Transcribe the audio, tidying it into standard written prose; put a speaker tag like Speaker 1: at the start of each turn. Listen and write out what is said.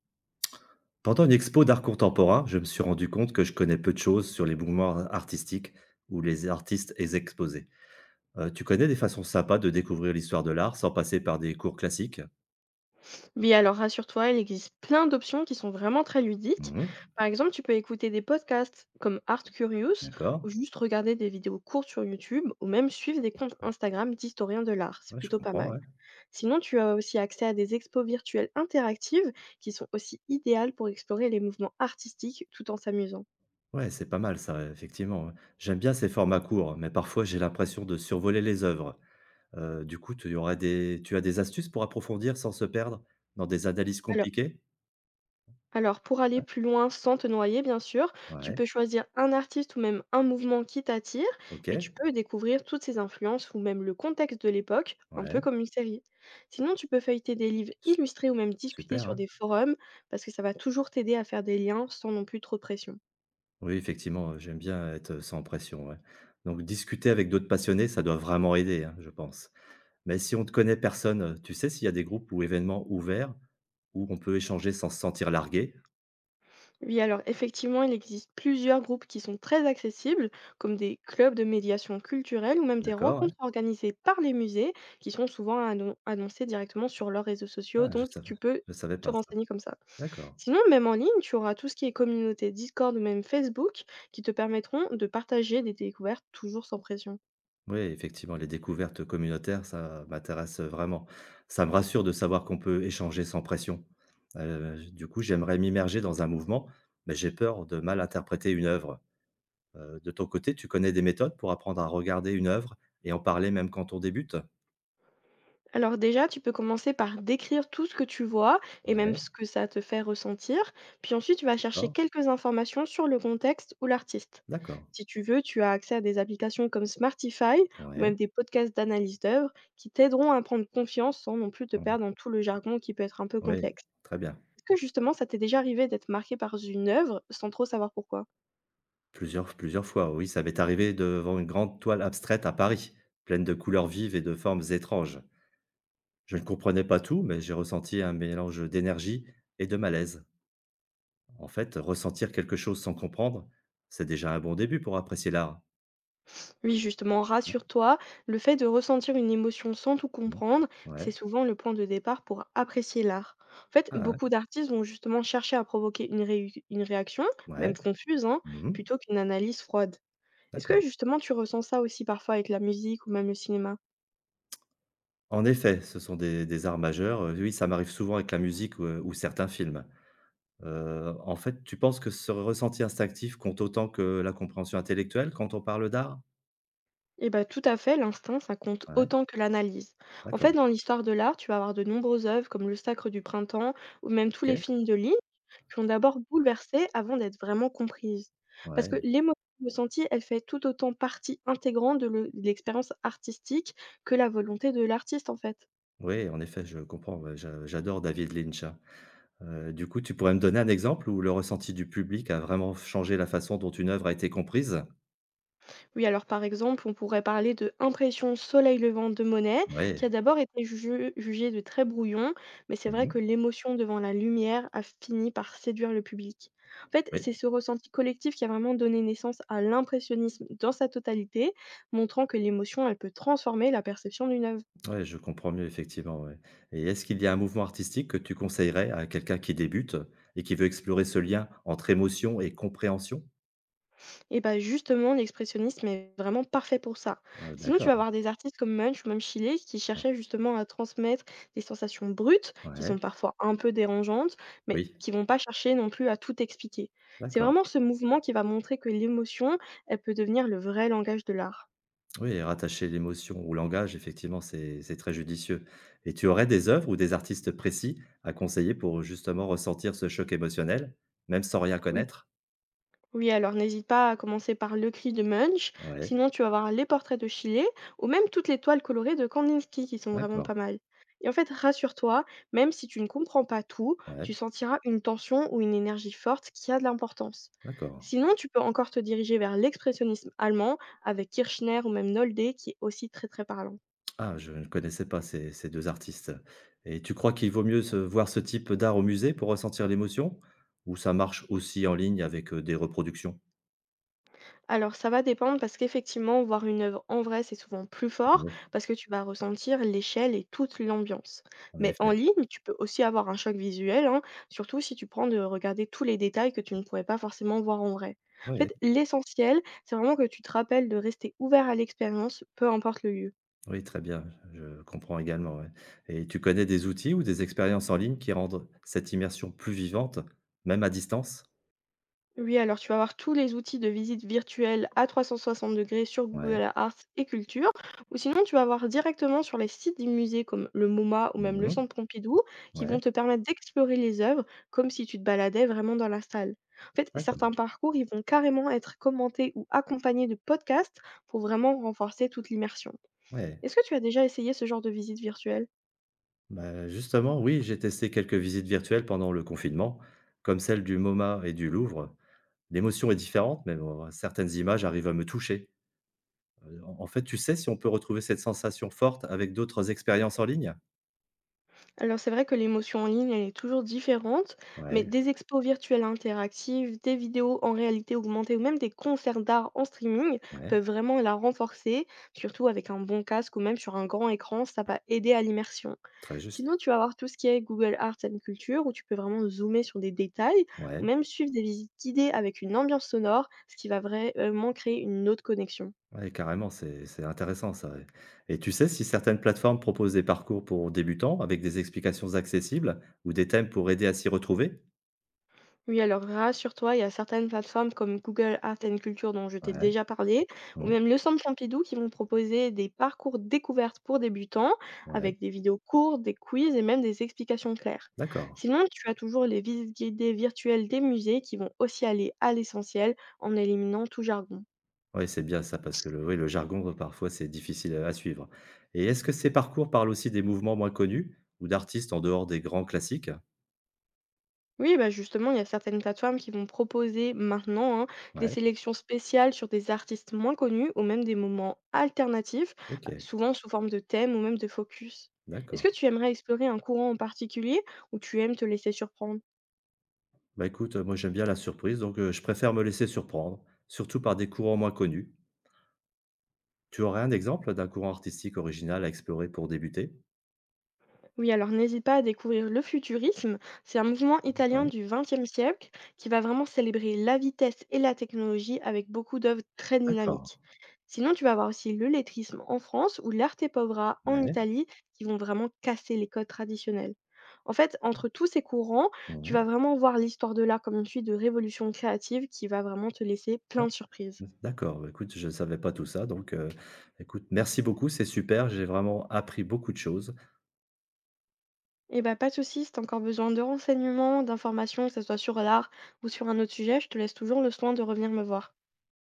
Speaker 1: Pendant une expo d'art contemporain, je me suis rendu compte que je connais peu de choses sur les mouvements artistiques ou les artistes et exposés. Tu connais des façons sympas de découvrir l'histoire de l'art sans passer par des cours classiques?
Speaker 2: Oui, alors rassure-toi, il existe plein d'options qui sont vraiment très ludiques.
Speaker 1: Mhm,
Speaker 2: Par exemple, tu peux écouter des podcasts comme Art Curious ou
Speaker 1: d'accord.
Speaker 2: juste regarder des vidéos courtes sur YouTube ou même suivre des comptes Instagram d'historiens de l'art. C'est
Speaker 1: Ouais, je
Speaker 2: plutôt pas
Speaker 1: comprends,
Speaker 2: mal.
Speaker 1: ouais.
Speaker 2: Sinon, tu as aussi accès à des expos virtuelles interactives qui sont aussi idéales pour explorer les mouvements artistiques tout en s'amusant.
Speaker 1: Ouais, c'est pas mal ça, effectivement, ouais. J'aime bien ces formats courts, mais parfois j'ai l'impression de survoler les œuvres. Du coup, tu as des astuces pour approfondir sans se perdre dans des analyses
Speaker 2: Alors,
Speaker 1: compliquées?
Speaker 2: Alors, pour aller
Speaker 1: Ouais,
Speaker 2: plus loin sans te noyer, bien sûr, tu
Speaker 1: ouais,
Speaker 2: peux choisir un artiste ou même un mouvement qui t'attire
Speaker 1: ok,
Speaker 2: et tu peux découvrir toutes ses influences ou même le contexte de l'époque, un peu
Speaker 1: ouais,
Speaker 2: comme une série. Sinon, tu peux feuilleter des livres
Speaker 1: su-
Speaker 2: illustrés ou même discuter
Speaker 1: super,
Speaker 2: sur
Speaker 1: hein.
Speaker 2: des forums parce que ça va toujours t'aider à faire des liens sans non plus trop de pression.
Speaker 1: Oui, effectivement, j'aime bien être sans pression, ouais. Donc discuter avec d'autres passionnés, ça doit vraiment aider, hein, je pense. Mais si on te connaît personne, tu sais s'il y a des groupes ou événements ouverts où on peut échanger sans se sentir largué?
Speaker 2: Oui, alors effectivement, il existe plusieurs groupes qui sont très accessibles, comme des clubs de médiation culturelle ou même des
Speaker 1: D'accord, ouais.
Speaker 2: rencontres organisées par les musées, qui sont souvent annoncées directement sur leurs réseaux sociaux,
Speaker 1: Ah,
Speaker 2: donc tu peux
Speaker 1: je savais
Speaker 2: te
Speaker 1: pas ça.
Speaker 2: renseigner comme ça.
Speaker 1: D'accord.
Speaker 2: Sinon, même en ligne, tu auras tout ce qui est communauté Discord ou même Facebook, qui te permettront de partager des découvertes toujours sans pression.
Speaker 1: Oui, effectivement, les découvertes communautaires, ça m'intéresse, vraiment. Ça me rassure de savoir qu'on peut échanger sans pression. Du coup, j'aimerais m'immerger dans un mouvement, mais j'ai peur de mal interpréter une œuvre. De ton côté, tu connais des méthodes pour apprendre à regarder une œuvre et en parler même quand on débute?
Speaker 2: Alors déjà, tu peux commencer par décrire tout ce que tu vois et même
Speaker 1: Ouais,
Speaker 2: ce que ça te fait ressentir. Puis ensuite, tu vas chercher
Speaker 1: d'accord,
Speaker 2: quelques informations sur le contexte ou l'artiste.
Speaker 1: d'accord.
Speaker 2: Si tu veux, tu as accès à des applications comme Smartify ou
Speaker 1: Ouais,
Speaker 2: même des podcasts d'analyse d'œuvres qui t'aideront à prendre confiance sans non plus te
Speaker 1: mmh,
Speaker 2: perdre dans tout le jargon qui peut être un peu
Speaker 1: ouais,
Speaker 2: complexe.
Speaker 1: très bien.
Speaker 2: Est-ce que justement, ça t'est déjà arrivé d'être marqué par une œuvre sans trop savoir pourquoi?
Speaker 1: Plusieurs fois, oui, ça m'est arrivé devant une grande toile abstraite à Paris, pleine de couleurs vives et de formes étranges. Je ne comprenais pas tout, mais j'ai ressenti un mélange d'énergie et de malaise. En fait, ressentir quelque chose sans comprendre, c'est déjà un bon début pour apprécier l'art.
Speaker 2: Oui, justement, rassure-toi, le fait de ressentir une émotion sans tout
Speaker 1: Mmh.
Speaker 2: comprendre, c'est
Speaker 1: Ouais.
Speaker 2: souvent le point de départ pour apprécier l'art. En fait,
Speaker 1: Ah ouais.
Speaker 2: beaucoup d'artistes vont justement chercher à provoquer une, une réaction, même
Speaker 1: Ouais.
Speaker 2: confuse, hein,
Speaker 1: Mmh.
Speaker 2: plutôt qu'une analyse froide. Est-ce que
Speaker 1: D'accord.
Speaker 2: justement tu ressens ça aussi parfois avec la musique ou même le cinéma?
Speaker 1: En effet, ce sont des arts majeurs, oui, ça m'arrive souvent avec la musique ou certains films. En fait, tu penses que ce ressenti instinctif compte autant que la compréhension intellectuelle quand on parle d'art?
Speaker 2: Eh ben tout à fait, l'instinct, ça compte
Speaker 1: Ouais,
Speaker 2: autant que l'analyse. En fait,
Speaker 1: d'accord,
Speaker 2: dans l'histoire de l'art, tu vas avoir de nombreuses œuvres comme Le Sacre du Printemps ou même tous les
Speaker 1: OK,
Speaker 2: films de Lynch qui ont d'abord bouleversé avant d'être vraiment comprises. Parce
Speaker 1: ouais,
Speaker 2: que l'émotion ressentie, elle fait tout autant partie intégrante de l'expérience artistique que la volonté de l'artiste, en fait.
Speaker 1: oui, en effet, je comprends, ouais, j'adore David Lynch, hein. Du coup, tu pourrais me donner un exemple où le ressenti du public a vraiment changé la façon dont une œuvre a été comprise?
Speaker 2: Oui, alors par exemple, on pourrait parler de Impression soleil levant de Monet, qui a
Speaker 1: Ouais.
Speaker 2: d'abord été jugé de très brouillon, mais c'est vrai
Speaker 1: Mmh.
Speaker 2: que l'émotion devant la lumière a fini par séduire le public. En fait, c'est
Speaker 1: Oui.
Speaker 2: ce ressenti collectif qui a vraiment donné naissance à l'impressionnisme dans sa totalité, montrant que l'émotion, elle peut transformer la perception d'une œuvre.
Speaker 1: Ouais, je comprends mieux effectivement, ouais. Et est-ce qu'il y a un mouvement artistique que tu conseillerais à quelqu'un qui débute et qui veut explorer ce lien entre émotion et compréhension?
Speaker 2: Et bah, justement, l'expressionnisme est vraiment parfait pour ça. Sinon, tu vas
Speaker 1: D'accord.
Speaker 2: avoir des artistes comme Munch ou même Shelley qui
Speaker 1: Ah,
Speaker 2: cherchaient justement à transmettre des sensations brutes, qui sont
Speaker 1: ouais,
Speaker 2: parfois un peu dérangeantes, mais
Speaker 1: oui,
Speaker 2: qui vont pas chercher non plus à tout expliquer. C'est
Speaker 1: d'accord.
Speaker 2: vraiment ce mouvement qui va montrer que l'émotion, elle peut devenir le vrai langage de l'art.
Speaker 1: Oui, et rattacher l'émotion au langage, effectivement, c'est très judicieux. Et tu aurais des œuvres ou des artistes précis à conseiller pour justement ressentir ce choc émotionnel, même sans rien
Speaker 2: Oui.
Speaker 1: connaître?
Speaker 2: Oui, alors n'hésite pas à commencer par Le Cri de Munch,
Speaker 1: Ouais,
Speaker 2: sinon tu vas voir Les Portraits de Chile ou même toutes les toiles colorées de Kandinsky qui sont vraiment pas
Speaker 1: d'accord,
Speaker 2: mal. Et en fait, rassure-toi, même si tu ne comprends pas tout,
Speaker 1: ouais,
Speaker 2: tu sentiras une tension ou une énergie forte qui a de l'importance.
Speaker 1: d'accord.
Speaker 2: Sinon, tu peux encore te diriger vers l'expressionnisme allemand avec Kirchner ou même Nolde qui est aussi très très parlant.
Speaker 1: Ah, je ne connaissais pas ces 2 artistes, et tu crois qu'il vaut mieux se voir ce type d'art au musée pour ressentir l'émotion? Ou ça marche aussi en ligne avec, des reproductions?
Speaker 2: Alors ça va dépendre parce qu'effectivement, voir une œuvre en vrai, c'est souvent plus fort
Speaker 1: Oui,
Speaker 2: parce que tu vas ressentir l'échelle et toute l'ambiance.
Speaker 1: en
Speaker 2: Mais en
Speaker 1: effet.
Speaker 2: ligne, tu peux aussi avoir un choc visuel, hein, surtout si tu prends de regarder tous les détails que tu ne pourrais pas forcément voir en vrai. En
Speaker 1: Oui,
Speaker 2: fait, l'essentiel, c'est vraiment que tu te rappelles de rester ouvert à l'expérience, peu importe le lieu.
Speaker 1: oui, très bien, je comprends également, ouais, et tu connais des outils ou des expériences en ligne qui rendent cette immersion plus vivante, même à distance?
Speaker 2: Oui, alors tu vas avoir tous les outils de visite virtuelle à 360 degrés sur
Speaker 1: Ouais.
Speaker 2: Google Arts et Culture, ou sinon tu vas avoir directement sur les sites des musées comme le MoMA ou même le
Speaker 1: Mmh.
Speaker 2: Centre Pompidou qui vont
Speaker 1: Ouais,
Speaker 2: te permettre d'explorer les œuvres comme si tu te baladais vraiment dans la salle. En fait, certains
Speaker 1: d'accord.
Speaker 2: parcours, ils vont carrément être commentés ou accompagnés de podcasts pour vraiment renforcer toute l'immersion.
Speaker 1: Ouais.
Speaker 2: Est-ce que tu as déjà essayé ce genre de visite virtuelle?
Speaker 1: Bah, justement, oui, j'ai testé quelques visites virtuelles pendant le confinement, comme celle du MoMA et du Louvre. L'émotion est différente, mais bon, certaines images arrivent à me toucher. En fait, tu sais si on peut retrouver cette sensation forte avec d'autres expériences en ligne?
Speaker 2: Alors c'est vrai que l'émotion en ligne, elle est toujours différente, mais
Speaker 1: Ouais,
Speaker 2: des expos virtuelles interactives, des vidéos en réalité augmentée ou même des concerts d'art en streaming
Speaker 1: ouais,
Speaker 2: peuvent vraiment la renforcer, surtout avec un bon casque ou même sur un grand écran, ça va aider à l'immersion.
Speaker 1: très
Speaker 2: Sinon,
Speaker 1: juste.
Speaker 2: tu vas avoir tout ce qui est Google Arts and Culture, où tu peux vraiment zoomer sur des détails ou
Speaker 1: Ouais,
Speaker 2: même suivre des visites guidées avec une ambiance sonore, ce qui va vraiment créer une autre connexion.
Speaker 1: ouais, carrément, c'est intéressant ça, ouais. Et tu sais si certaines plateformes proposent des parcours pour débutants avec des explications accessibles ou des thèmes pour aider à s'y retrouver?
Speaker 2: Oui, alors rassure-toi, il y a certaines plateformes comme Google Art and Culture dont je t'ai
Speaker 1: Ouais,
Speaker 2: déjà parlé, ou
Speaker 1: mmh,
Speaker 2: même le Centre Pompidou qui vont proposer des parcours découvertes pour débutants
Speaker 1: ouais,
Speaker 2: avec des vidéos courtes, des quiz et même des explications claires.
Speaker 1: d'accord.
Speaker 2: Sinon, tu as toujours les visites guidées virtuelles des musées qui vont aussi aller à l'essentiel en éliminant tout jargon.
Speaker 1: Oui, c'est bien ça parce que le oui, le jargon, parfois, c'est difficile, à suivre. Et est-ce que ces parcours parlent aussi des mouvements moins connus ou d'artistes en dehors des grands classiques?
Speaker 2: Oui, bah, justement, il y a certaines plateformes qui vont proposer maintenant hein, des
Speaker 1: Ouais,
Speaker 2: sélections spéciales sur des artistes moins connus ou même des moments alternatifs,
Speaker 1: OK,
Speaker 2: bah, souvent sous forme de thèmes ou même de focus. Est-ce
Speaker 1: d'accord.
Speaker 2: que tu aimerais explorer un courant en particulier ou tu aimes te laisser surprendre?
Speaker 1: Bah, écoute, moi j'aime bien la surprise, donc je préfère me laisser surprendre, surtout par des courants moins connus. Tu aurais un exemple d'un courant artistique original à explorer pour débuter?
Speaker 2: Oui, alors n'hésite pas à découvrir le futurisme. C'est un mouvement italien
Speaker 1: Ouais,
Speaker 2: du XXe siècle qui va vraiment célébrer la vitesse et la technologie avec beaucoup d'œuvres très
Speaker 1: d'accord.
Speaker 2: dynamiques. Sinon, tu vas avoir aussi le lettrisme en France ou l'arte povera en
Speaker 1: Ouais.
Speaker 2: Italie qui vont vraiment casser les codes traditionnels. En fait, entre tous ces courants, tu
Speaker 1: Mmh.
Speaker 2: vas vraiment voir l'histoire de l'art comme une suite de révolutions créatives qui va vraiment te laisser plein
Speaker 1: D'ac
Speaker 2: de surprises.
Speaker 1: Mmh, d'accord, bah, écoute, je ne savais pas tout ça, donc écoute, merci beaucoup, c'est super, j'ai vraiment appris beaucoup de choses.
Speaker 2: Eh ben pas de souci, si t'as encore besoin de renseignements, d'informations, que ce soit sur l'art ou sur un autre sujet, je te laisse toujours le soin de revenir me voir.